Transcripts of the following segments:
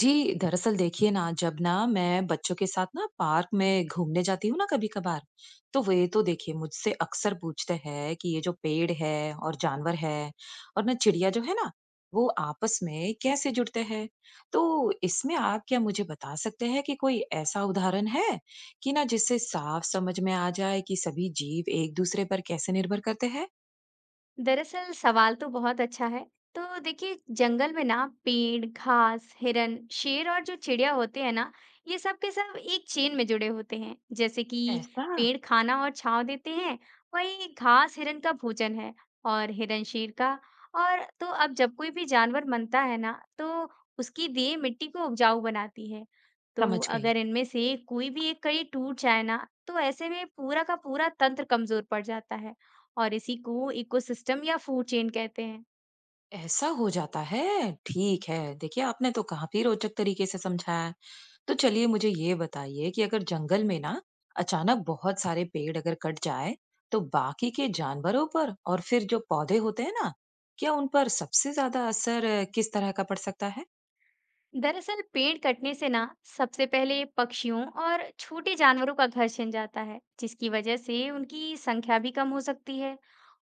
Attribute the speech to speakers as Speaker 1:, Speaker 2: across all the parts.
Speaker 1: जी, दरअसल देखिए ना, जब ना मैं बच्चों के साथ ना पार्क में घूमने जाती हूँ ना कभी-कभार, तो वे तो देखिए मुझसे अक्सर पूछते हैं कि ये जो पेड़ है और जानवर है और ना चिड़िया जो है ना, वो आपस में कैसे जुड़ते हैं? तो इसमें आप क्या मुझे बता सकते हैं कि कोई ऐसा उदाहरण है कि ना जिससे साफ समझ में आ जाए कि सभी जीव एक दूसरे पर कैसे निर्भर करते हैं?
Speaker 2: दरअसल सवाल तो बहुत अच्छा है। तो देखिए, जंगल में ना पेड़, घास, हिरन, शेर और जो चिड़िया होते हैं ना, ये सब के सब एक चेन में जुड़े होते हैं। जैसे कि
Speaker 1: ऐसा?
Speaker 2: पेड़ खाना और छांव देते हैं, वही घास हिरन का भोजन है, और हिरन शेर का। और तो अब जब कोई भी जानवर मरता है ना, तो उसकी देह मिट्टी को उपजाऊ बनाती है। तो
Speaker 1: समझ गई।
Speaker 2: अगर इनमें से कोई भी एक कड़ी टूट जाए ना, तो ऐसे में पूरा का पूरा तंत्र कमजोर पड़ जाता है। और इसी को इकोसिस्टम या फूड चेन कहते हैं।
Speaker 1: ऐसा हो जाता है? ठीक है। देखिए, आपने तो काफ़ी रोचक तरीके से समझाया है। तो चलिए मुझे ये बताइए कि अगर जंगल में ना अचानक बहुत सारे पेड़ अगर कट जाए, तो बाकी के जानवरों पर और फिर जो पौधे होते हैं ना, क्या उन पर सबसे ज़्यादा असर किस तरह का पड़ सकता है?
Speaker 2: दरअसल पेड़ कटने से ना, सबसे पहले पक्षियों और छोटे जानवरों का घर छिन जाता है, जिसकी वजह से उनकी संख्या भी कम हो सकती है।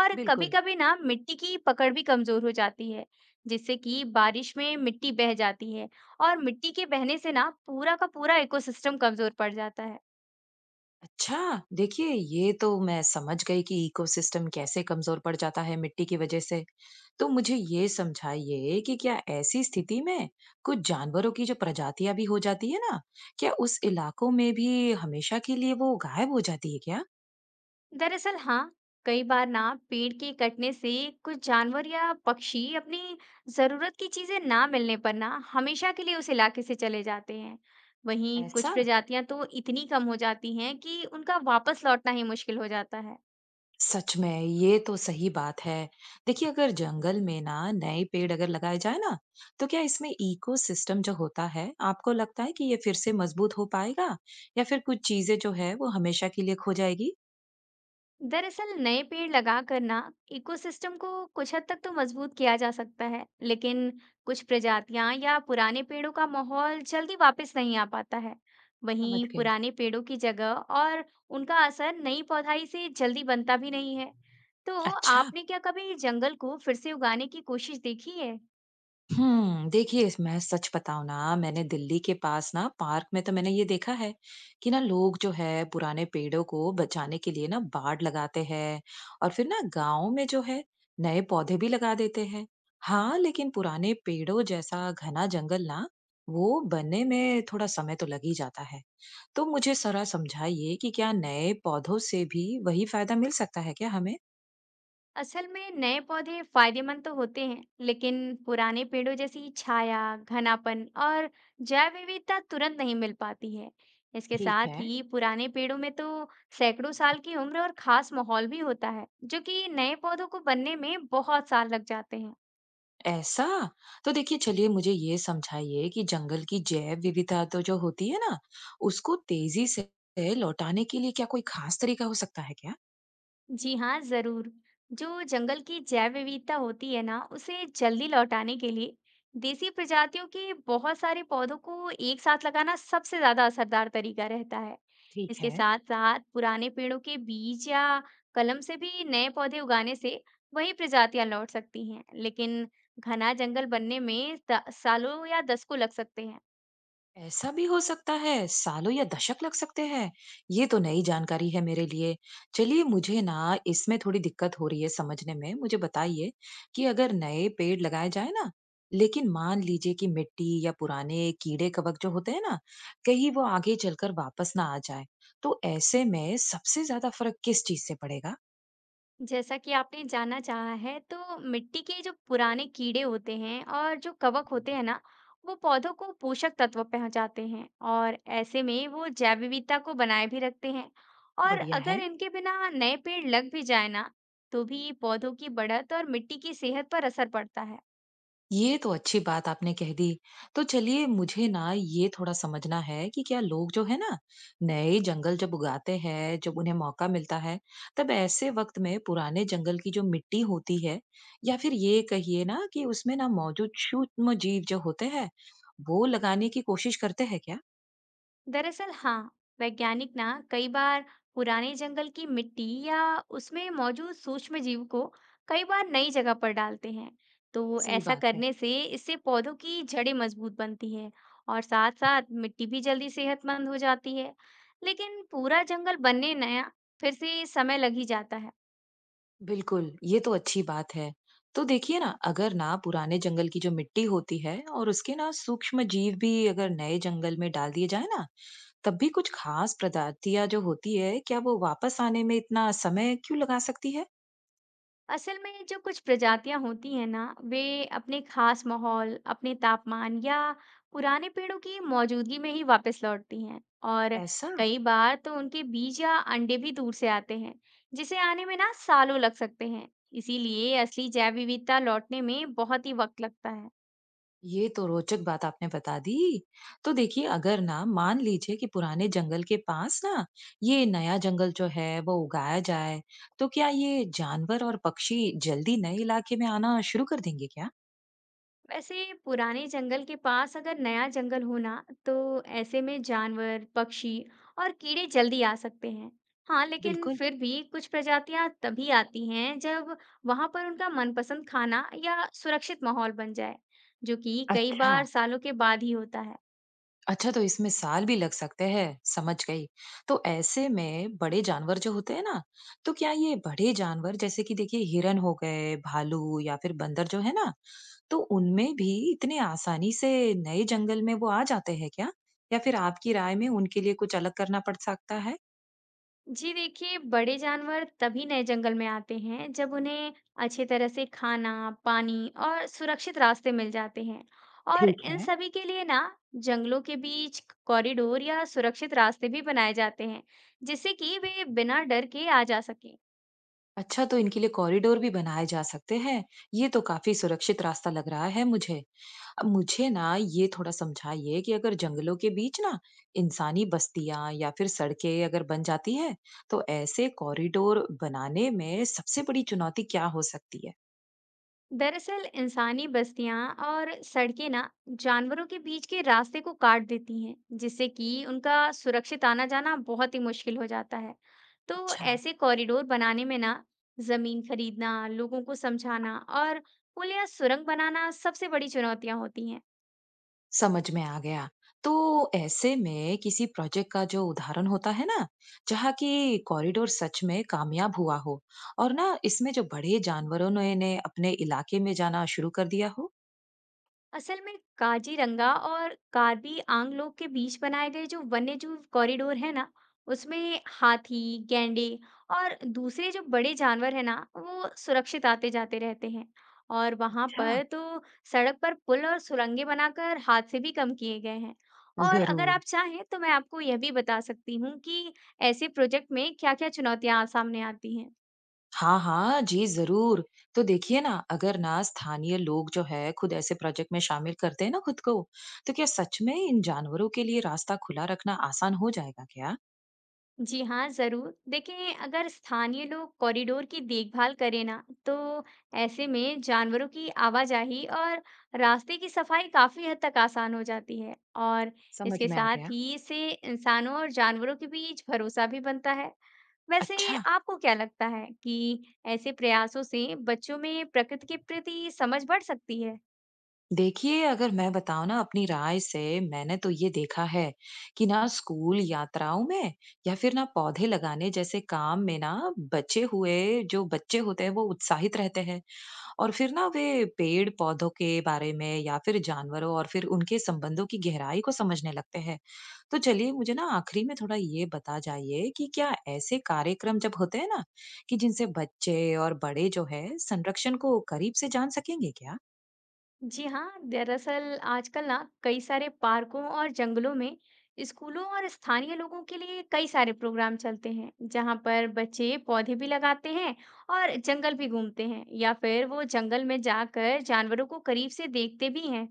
Speaker 2: और
Speaker 1: बिल्कुल।
Speaker 2: कभी-कभी ना मिट्टी की पकड़ भी कमजोर हो जाती है, जिससे कि बारिश में मिट्टी बह जाती है। और मिट्टी के बहने से ना पूरा का पूरा इकोसिस्टम कमजोर पड़ जाता है।
Speaker 1: अच्छा! देखिए, ये तो मैं समझ गई कि इकोसिस्टम कैसे कमज़ोर पड़ जाता है मिट्टी की वजह से। तो मुझे ये समझाइए कि क्या ऐसी स्थिति में कुछ जानवरों की जो प्रजातियाँ भी हो जाती है ना, क्या उस इलाकों में भी हमेशा के लिए वो गायब हो जाती है क्या?
Speaker 2: दरअसल हाँ, कई बार ना पेड़ के कटने से कुछ जानवर या पक्षी अपनी जरूरत की चीजें ना मिलने पर ना हमेशा के लिए उस इलाके से चले जाते हैं। वहीं कुछ
Speaker 1: ऐसा?
Speaker 2: प्रजातियां तो इतनी कम हो जाती हैं कि उनका वापस लौटना ही मुश्किल हो जाता है।
Speaker 1: सच में ये तो सही बात है। देखिए अगर जंगल में ना नए पेड़ अगर लगाए जाए ना, तो क्या इसमें इकोसिस्टम जो होता है, आपको लगता है कि ये फिर से मजबूत हो पाएगा? या फिर कुछ चीजें जो है वो हमेशा के लिए खो जाएगी?
Speaker 2: दरअसल नए पेड़ लगाकर ना इकोसिस्टम को कुछ हद तक तो मजबूत किया जा सकता है, लेकिन कुछ प्रजातियां या पुराने पेड़ों का माहौल जल्दी वापस नहीं आ पाता है। वहीं
Speaker 1: समझ गई।
Speaker 2: पुराने पेड़ों की जगह और उनका असर नई पौधाई से जल्दी बनता भी नहीं है। तो
Speaker 1: अच्छा।
Speaker 2: आपने क्या कभी जंगल को फिर से उगाने की कोशिश देखी है?
Speaker 1: देखिए मैं सच बताऊं ना मैंने दिल्ली के पास ना पार्क में तो मैंने ये देखा है कि ना लोग जो है पुराने पेड़ों को बचाने के लिए ना बाड़ लगाते हैं और फिर ना गांव में जो है नए पौधे भी लगा देते हैं। हाँ लेकिन पुराने पेड़ों जैसा घना जंगल ना वो बनने में थोड़ा समय तो लग ही जाता है। तो मुझे जरा समझाइए कि क्या नए पौधों से भी वही फायदा मिल सकता है क्या हमें।
Speaker 2: असल में नए पौधे फायदेमंद तो होते हैं, लेकिन पुराने पेड़ों जैसी छाया, घनापन और जैव विविधता तुरंत नहीं मिल पाती है। इसके
Speaker 1: ठीक
Speaker 2: साथ
Speaker 1: है।
Speaker 2: ही पुराने पेड़ों में तो सैकड़ों साल की उम्र और खास माहौल भी होता है, जो कि नए पौधों को बनने में बहुत साल लग जाते हैं।
Speaker 1: ऐसा? तो देखिए चलिए मुझे ये समझाइए कि जंगल की जैव विविधता तो जो होती है ना, उसको तेजी से लौटाने के लिए क्या कोई खास तरीका हो सकता है क्या?
Speaker 2: जी हाँ, जरूर। जो जंगल की जैव विविधता होती है ना, उसे जल्दी लौटाने के लिए देसी प्रजातियों के बहुत सारे पौधों को एक साथ लगाना सबसे ज्यादा असरदार तरीका रहता है।
Speaker 1: ठीक
Speaker 2: इसके
Speaker 1: है।
Speaker 2: साथ साथ पुराने पेड़ों के बीज या कलम से भी नए पौधे उगाने से वही प्रजातियां लौट सकती हैं, लेकिन घना जंगल बनने में सालों या दशकों लग सकते हैं।
Speaker 1: ऐसा भी हो सकता है सालों या दशक लग सकते हैं। ये तो नई जानकारी है मेरे लिए। चलिए मुझे ना इसमें थोड़ी दिक्कत हो रही है समझने में, मुझे बताइए कि अगर नए पेड़ लगाए जाए ना, लेकिन मान लीजिए कि मिट्टी या पुराने कीड़े कवक जो होते हैं ना, कहीं वो आगे चलकर वापस ना आ जाए, तो ऐसे में सबसे ज्यादा फर्क किस चीज से पड़ेगा?
Speaker 2: जैसा कि आपने जाना चाहा है, तो मिट्टी के जो पुराने कीड़े होते हैं और जो कवक होते हैं ना, वो पौधों को पोषक तत्व पहुंचाते हैं, और ऐसे में वो जैव विविधता को बनाए भी रखते हैं। और
Speaker 1: बढ़िया है।
Speaker 2: अगर इनके बिना नए पेड़ लग भी जाए ना, तो भी पौधों की बढ़त और मिट्टी की सेहत पर असर पड़ता है।
Speaker 1: ये तो अच्छी बात आपने कह दी। तो चलिए मुझे ना ये थोड़ा समझना है कि क्या लोग जो है ना नए जंगल जब उगाते हैं, जब उन्हें मौका मिलता है, तब ऐसे वक़्त में पुराने जंगल की जो मिट्टी होती है या फिर ये कहिए ना कि उसमें ना मौजूद सूक्ष्म जीव जो होते हैं, वो लगाने की कोशिश करते हैं क्या?
Speaker 2: दरअसल हाँ, वैज्ञानिक ना कई बार पुराने जंगल की मिट्टी या उसमें मौजूद सूक्ष्म जीव को कई बार नई जगह पर डालते हैं। तो
Speaker 1: सही
Speaker 2: ऐसा
Speaker 1: बात है।
Speaker 2: करने से इससे पौधों की जड़ें मजबूत बनती है, और साथ साथ मिट्टी भी जल्दी सेहतमंद हो जाती है। लेकिन पूरा जंगल बनने नया फिर से समय लग ही जाता है।
Speaker 1: बिल्कुल, ये तो अच्छी बात है। तो देखिए ना, अगर ना पुराने जंगल की जो मिट्टी होती है और उसके ना सूक्ष्म जीव भी अगर नए जंगल में डाल दिए जाए ना, तब भी कुछ खास प्रजातियां जो होती है क्या वो वापस आने में इतना समय क्यों लगा सकती है?
Speaker 2: असल में जो कुछ प्रजातियां होती हैं ना, वे अपने खास माहौल, अपने तापमान या पुराने पेड़ों की मौजूदगी में ही वापस लौटती हैं। और
Speaker 1: ऐसा।
Speaker 2: कई बार तो उनके बीज या अंडे भी दूर से आते हैं, जिसे आने में ना सालों लग सकते हैं। इसीलिए असली जैव विविधता लौटने में बहुत ही वक्त लगता है।
Speaker 1: ये तो रोचक बात आपने बता दी। तो देखिए अगर ना मान लीजिए कि पुराने जंगल के पास ना ये नया जंगल जो है वो उगाया जाए, तो क्या ये जानवर और पक्षी जल्दी नए इलाके में आना शुरू कर देंगे क्या?
Speaker 2: वैसे पुराने जंगल के पास अगर नया जंगल होना, तो ऐसे में जानवर, पक्षी और कीड़े जल्दी आ सकते हैं। हाँ, लेकिन
Speaker 1: बिल्कुल।
Speaker 2: फिर भी कुछ प्रजातियां तभी आती हैं जब वहां पर उनका मनपसंद खाना या सुरक्षित माहौल बन जाए, जो कि कई
Speaker 1: अच्छा।
Speaker 2: बार सालों के बाद ही होता है।
Speaker 1: अच्छा तो इसमें साल भी लग सकते हैं, समझ गई। तो ऐसे में बड़े जानवर जो होते हैं ना, तो क्या ये बड़े जानवर जैसे कि देखिए हिरन हो गए, भालू या फिर बंदर जो है ना, तो उनमें भी इतने आसानी से नए जंगल में वो आ जाते हैं क्या, या फिर आपकी राय में उनके लिए कुछ अलग करना पड़ सकता है?
Speaker 2: जी देखिए, बड़े जानवर तभी नए जंगल में आते हैं जब उन्हें अच्छे तरह से खाना, पानी और सुरक्षित रास्ते मिल जाते हैं। और
Speaker 1: ठीक
Speaker 2: इन
Speaker 1: है।
Speaker 2: सभी के लिए ना जंगलों के बीच कॉरिडोर या सुरक्षित रास्ते भी बनाए जाते हैं, जिससे कि वे बिना डर के आ जा सकें।
Speaker 1: अच्छा तो इनके लिए कॉरिडोर भी बनाए जा सकते हैं। ये तो काफी सुरक्षित रास्ता लग रहा है मुझे। अब मुझे ना ये थोड़ा समझाइए कि अगर जंगलों के बीच ना इंसानी बस्तियां या फिर सड़कें अगर बन जाती है, तो ऐसे कॉरिडोर बनाने में सबसे बड़ी चुनौती क्या हो सकती है?
Speaker 2: दरअसल इंसानी बस्तियां और सड़कें ना जानवरों के बीच के रास्ते को काट देती हैं, जिससे कि उनका सुरक्षित आना जाना बहुत ही मुश्किल हो जाता है। तो
Speaker 1: अच्छा।
Speaker 2: ऐसे कॉरिडोर बनाने में ना जमीन खरीदना, लोगों को समझाना और पुल या सुरंग बनाना सबसे बड़ी चुनौतियां होती हैं।
Speaker 1: समझ में आ गया। तो ऐसे में किसी प्रोजेक्ट का जो उदाहरण होता है ना, जहाँ की कॉरिडोर सच में कामयाब हुआ हो और ना इसमें जो बड़े जानवरों ने अपने इलाके में जाना शुरू कर दिया हो।
Speaker 2: असल में काजीरंगा और कार्बी आंगलों के बीच बनाए गए जो वन्यजीव कॉरिडोर है ना, उसमें हाथी, गैंडे और दूसरे जो बड़े जानवर है ना, वो सुरक्षित आते जाते रहते हैं। और वहां
Speaker 1: अच्छा।
Speaker 2: पर तो सड़क पर पुल और सुरंगें बनाकर हादसे भी कम किए गए हैं। और अगर आप
Speaker 1: जरूर।
Speaker 2: चाहें तो मैं आपको यह भी बता सकती हूँ कि ऐसे प्रोजेक्ट में क्या-क्या चुनौतियां सामने आती हैं।
Speaker 1: हाँ, हाँ, जी, ज़रूर। तो देखिए ना, अगर ना स्थानीय लोग जो है खुद ऐसे प्रोजेक्ट में शामिल करते हैं ना खुद को, तो क्या सच में इन जानवरों के लिए रास्ता खुला रखना आसान हो जाएगा क्या?
Speaker 2: जी हाँ, ज़रूर। देखिए, अगर स्थानीय लोग कॉरिडोर की देखभाल करें ना, तो ऐसे में जानवरों की आवाजाही और रास्ते की सफाई काफ़ी हद तक आसान हो जाती है। और
Speaker 1: समझ
Speaker 2: इसके
Speaker 1: में आ गया।
Speaker 2: साथ ही इससे इंसानों और जानवरों के बीच भरोसा भी बनता है। वैसे
Speaker 1: अच्छा।
Speaker 2: आपको क्या लगता है कि ऐसे प्रयासों से बच्चों में प्रकृति के प्रति समझ बढ़ सकती है?
Speaker 1: देखिए अगर मैं बताऊं ना अपनी राय से, मैंने तो ये देखा है कि ना स्कूल यात्राओं में या फिर ना पौधे लगाने जैसे काम में ना बचे हुए जो बच्चे होते हैं वो उत्साहित रहते हैं, और फिर ना वे पेड़-पौधों के बारे में या फिर जानवरों और फिर उनके संबंधों की गहराई को समझने लगते हैं। तो चलिए मुझे ना आखिरी में थोड़ा ये बता जाइए कि क्या ऐसे कार्यक्रम जब होते हैं ना कि जिनसे बच्चे और बड़े जो है संरक्षण को करीब से जान सकेंगे क्या?
Speaker 2: जी हाँ, दरअसल आजकल ना कई सारे पार्कों और जंगलों में स्कूलों और स्थानीय लोगों के लिए कई सारे प्रोग्राम चलते हैं, जहाँ पर बच्चे पौधे भी लगाते हैं और जंगल भी घूमते हैं, या फिर वो जंगल में जाकर जानवरों को करीब से देखते भी हैं।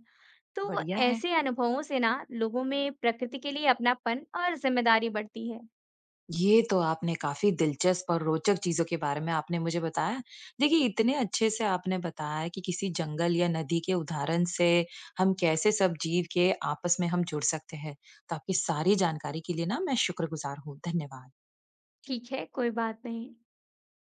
Speaker 2: तो
Speaker 1: बढ़िया है।
Speaker 2: ऐसे अनुभवों से ना लोगों में प्रकृति के लिए अपनापन और जिम्मेदारी बढ़ती है।
Speaker 1: ये तो आपने काफ़ी दिलचस्प और रोचक चीज़ों के बारे में आपने मुझे बताया। देखिए, इतने अच्छे से आपने बताया कि किसी जंगल या नदी के उदाहरण से हम कैसे सब जीव के आपस में हम जुड़ सकते हैं। तो आपकी सारी जानकारी के लिए ना मैं शुक्रगुज़ार हूँ। धन्यवाद।
Speaker 2: ठीक है, कोई बात नहीं।